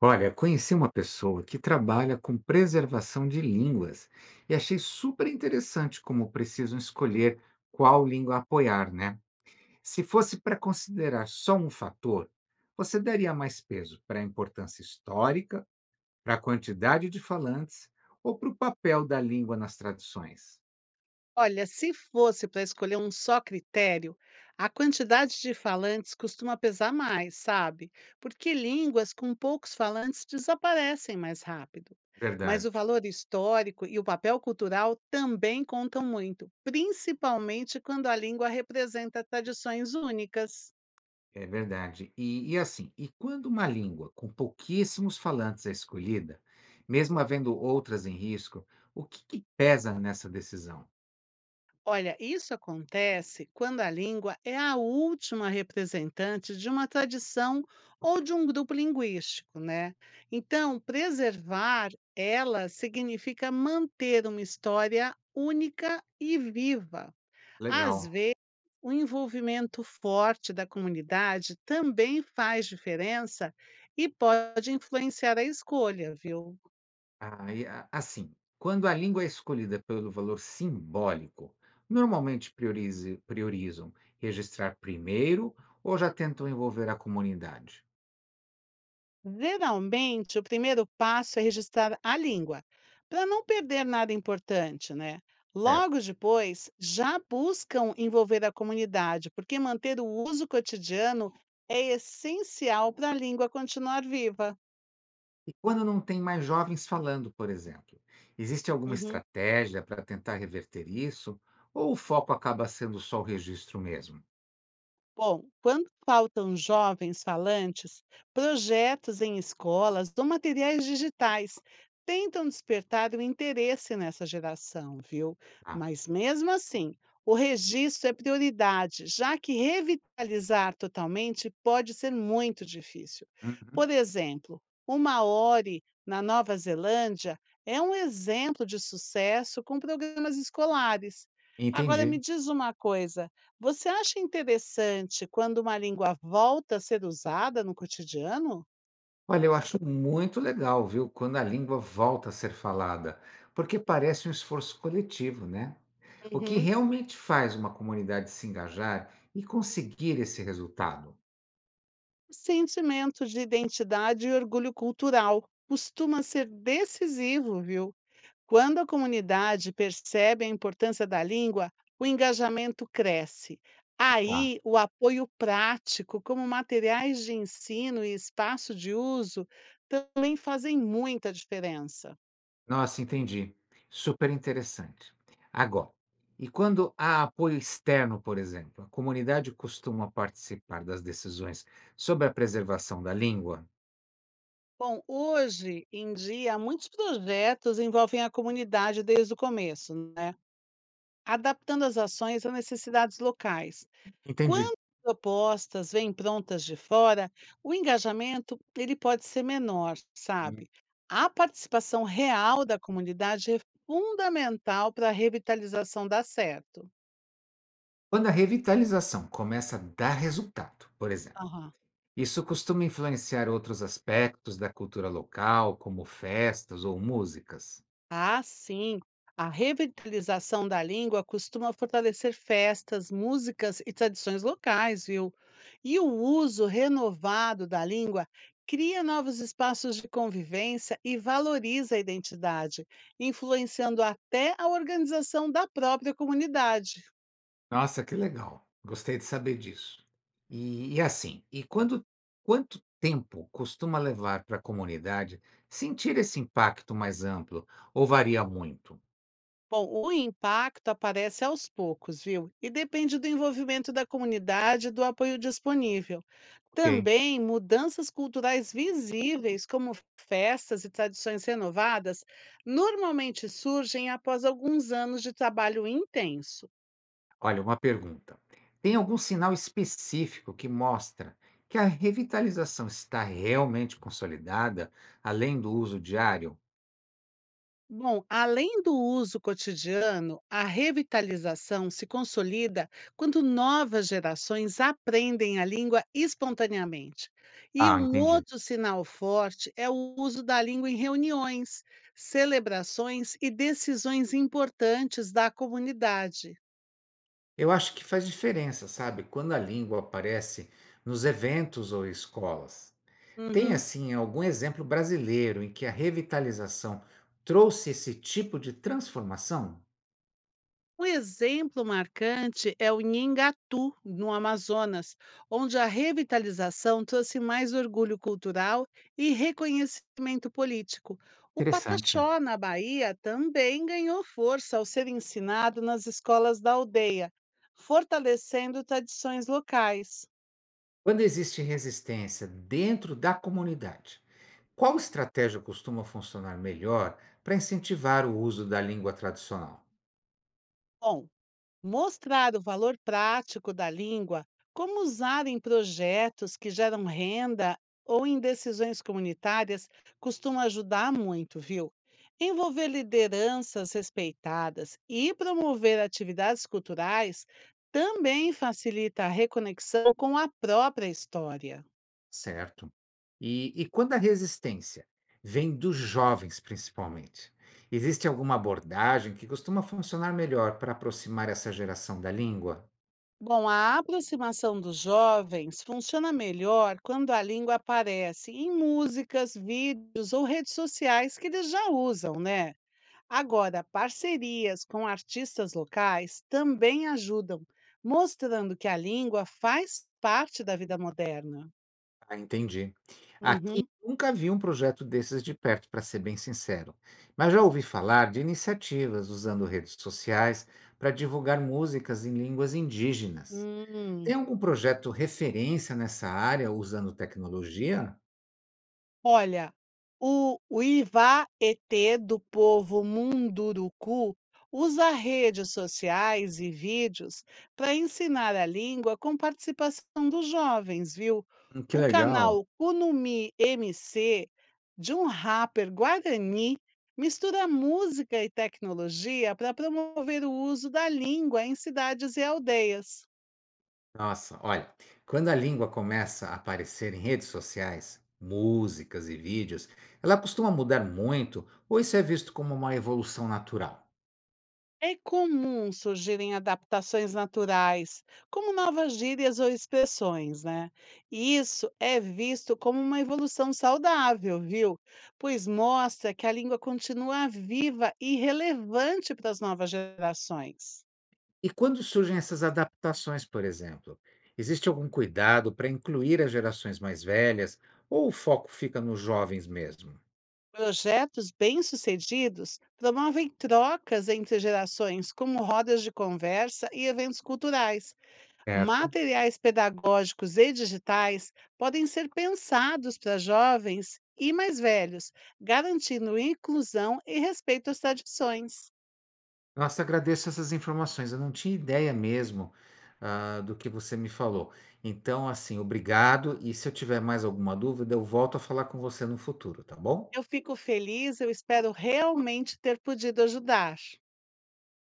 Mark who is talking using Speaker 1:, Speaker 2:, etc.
Speaker 1: Olha, conheci uma pessoa que trabalha com preservação de línguas e achei super interessante como precisam escolher qual língua apoiar, né? Se fosse para considerar só um fator, você daria mais peso para a importância histórica, para a quantidade de falantes ou para o papel da língua nas tradições?
Speaker 2: Olha, se fosse para escolher um só critério, a quantidade de falantes costuma pesar mais, sabe? Porque línguas com poucos falantes desaparecem mais rápido. Mas o
Speaker 1: Verdade.
Speaker 2: valor histórico e o papel cultural também contam muito, principalmente quando a língua representa tradições únicas.
Speaker 1: É verdade. E quando uma língua com pouquíssimos falantes é escolhida, mesmo havendo outras em risco, o que que pesa nessa decisão?
Speaker 2: Olha, isso acontece quando a língua é a última representante de uma tradição ou de um grupo linguístico, né? Então, preservar ela significa manter uma história única e viva. Às
Speaker 1: Legal.
Speaker 2: vezes, o envolvimento forte da comunidade também faz diferença e pode influenciar a escolha, viu?
Speaker 1: E quando a língua é escolhida pelo valor simbólico, normalmente priorize priorizam registrar primeiro ou já tentam envolver a comunidade?
Speaker 2: Geralmente, o primeiro passo é registrar a língua, para não perder nada importante, né?
Speaker 1: É.
Speaker 2: Logo depois, já buscam envolver a comunidade, porque manter o uso cotidiano é essencial para a língua continuar viva.
Speaker 1: E quando não tem mais jovens falando, por exemplo, existe alguma
Speaker 2: Uhum.
Speaker 1: estratégia para tentar reverter isso? Ou o foco acaba sendo só o registro mesmo?
Speaker 2: Bom, quando faltam jovens falantes, projetos em escolas ou materiais digitais tentam despertar o interesse nessa geração, viu?
Speaker 1: Ah,
Speaker 2: Mas mesmo assim, o registro é prioridade, já que revitalizar totalmente pode ser muito difícil. Por
Speaker 1: uhum,
Speaker 2: exemplo, o Maori, na Nova Zelândia, é um exemplo de sucesso com programas escolares. Agora me
Speaker 1: entendi.
Speaker 2: diz uma coisa. Você acha interessante quando uma língua volta a ser usada no cotidiano?
Speaker 1: Olha, eu acho muito legal, viu, quando a língua volta a ser falada, porque parece um esforço coletivo, né? O que
Speaker 2: Uhum.
Speaker 1: realmente faz uma comunidade se engajar e conseguir esse resultado?
Speaker 2: O sentimento de identidade e orgulho cultural costuma ser decisivo, viu? Quando a comunidade percebe a importância da língua, o engajamento cresce.
Speaker 1: Ah, tá.
Speaker 2: Aí, o apoio prático, como materiais de ensino e espaço de uso, também fazem muita diferença.
Speaker 1: Nossa, entendi. Super interessante. Agora, e quando há apoio externo, por exemplo, a comunidade costuma participar das decisões sobre a preservação da língua?
Speaker 2: Bom, hoje em dia, muitos projetos envolvem a comunidade desde o começo, né? Adaptando as ações às necessidades locais.
Speaker 1: Entendi.
Speaker 2: Quando propostas vêm prontas de fora, o engajamento ele pode ser menor,
Speaker 1: Hum.
Speaker 2: sabe? A participação real da comunidade é fundamental para a revitalização dar certo.
Speaker 1: Quando a revitalização começa a dar resultado, por exemplo,
Speaker 2: Aham.
Speaker 1: isso costuma influenciar outros aspectos da cultura local, como festas ou músicas?
Speaker 2: Ah, sim. A revitalização da língua costuma fortalecer festas, músicas e tradições locais, viu? E o uso renovado da língua cria novos espaços de convivência e valoriza a identidade, influenciando até a organização da própria comunidade.
Speaker 1: Nossa, que legal. Gostei de saber disso. E assim, e quando quanto tempo costuma levar para a comunidade sentir esse impacto mais amplo ou varia muito?
Speaker 2: Bom, o impacto aparece aos poucos, viu? E depende do envolvimento da comunidade e do apoio disponível.
Speaker 1: Ok.
Speaker 2: Também mudanças culturais visíveis, como festas e tradições renovadas, normalmente surgem após alguns anos de trabalho intenso.
Speaker 1: Olha, uma pergunta. Tem algum sinal específico que mostra que a revitalização está realmente consolidada, além do uso diário?
Speaker 2: Bom, além do uso cotidiano, a revitalização se consolida quando novas gerações aprendem a língua espontaneamente. E
Speaker 1: Ah,
Speaker 2: um
Speaker 1: entendi.
Speaker 2: outro sinal forte é o uso da língua em reuniões, celebrações e decisões importantes da comunidade.
Speaker 1: Eu acho que faz diferença, sabe? Quando a língua aparece nos eventos ou escolas. Tem,
Speaker 2: Uhum.
Speaker 1: assim, algum exemplo brasileiro em que a revitalização trouxe esse tipo de transformação?
Speaker 2: Um exemplo marcante é o Nhengatu, no Amazonas, onde a revitalização trouxe mais orgulho cultural e reconhecimento político. O
Speaker 1: Interessante.
Speaker 2: pataxó, na Bahia, também ganhou força ao ser ensinado nas escolas da aldeia, fortalecendo tradições locais.
Speaker 1: Quando existe resistência dentro da comunidade, qual estratégia costuma funcionar melhor para incentivar o uso da língua tradicional?
Speaker 2: Bom, mostrar o valor prático da língua, como usar em projetos que geram renda ou em decisões comunitárias, costuma ajudar muito, viu? Envolver lideranças respeitadas e promover atividades culturais também facilita a reconexão com a própria história.
Speaker 1: Certo. E quando a resistência vem dos jovens, principalmente, existe alguma abordagem que costuma funcionar melhor para aproximar essa geração da língua?
Speaker 2: Bom, a aproximação dos jovens funciona melhor quando a língua aparece em músicas, vídeos ou redes sociais que eles já usam, né? Agora, parcerias com artistas locais também ajudam, mostrando que a língua faz parte da vida moderna.
Speaker 1: Ah, entendi. Aqui
Speaker 2: Uhum.
Speaker 1: nunca vi um projeto desses de perto, para ser bem sincero, mas já ouvi falar de iniciativas usando redes sociais para divulgar músicas em línguas indígenas.
Speaker 2: Hum.
Speaker 1: Tem algum projeto referência nessa área usando tecnologia?
Speaker 2: Olha, o Iva-Etê do povo Munduruku usa redes sociais e vídeos para ensinar a língua com participação dos jovens, viu?
Speaker 1: Que
Speaker 2: O
Speaker 1: legal.
Speaker 2: canal Kunumi MC, de um rapper guarani, mistura música e tecnologia para promover o uso da língua em cidades e aldeias.
Speaker 1: Nossa, olha, quando a língua começa a aparecer em redes sociais, músicas e vídeos, ela costuma mudar muito ou isso é visto como uma evolução natural?
Speaker 2: É comum surgirem adaptações naturais, como novas gírias ou expressões, né? E isso é visto como uma evolução saudável, viu? Pois mostra que a língua continua viva e relevante para as novas gerações.
Speaker 1: E quando surgem essas adaptações, por exemplo, existe algum cuidado para incluir as gerações mais velhas ou o foco fica nos jovens mesmo?
Speaker 2: Projetos bem-sucedidos promovem trocas entre gerações, como rodas de conversa e eventos culturais.
Speaker 1: Certo.
Speaker 2: Materiais pedagógicos e digitais podem ser pensados para jovens e mais velhos, garantindo inclusão e respeito às tradições.
Speaker 1: Nossa, agradeço essas informações. Eu não tinha ideia mesmo, ah, do que você me falou. Então, assim, obrigado. E se eu tiver mais alguma dúvida, eu volto a falar com você no futuro, tá bom?
Speaker 2: Eu fico feliz, eu espero realmente ter podido ajudar.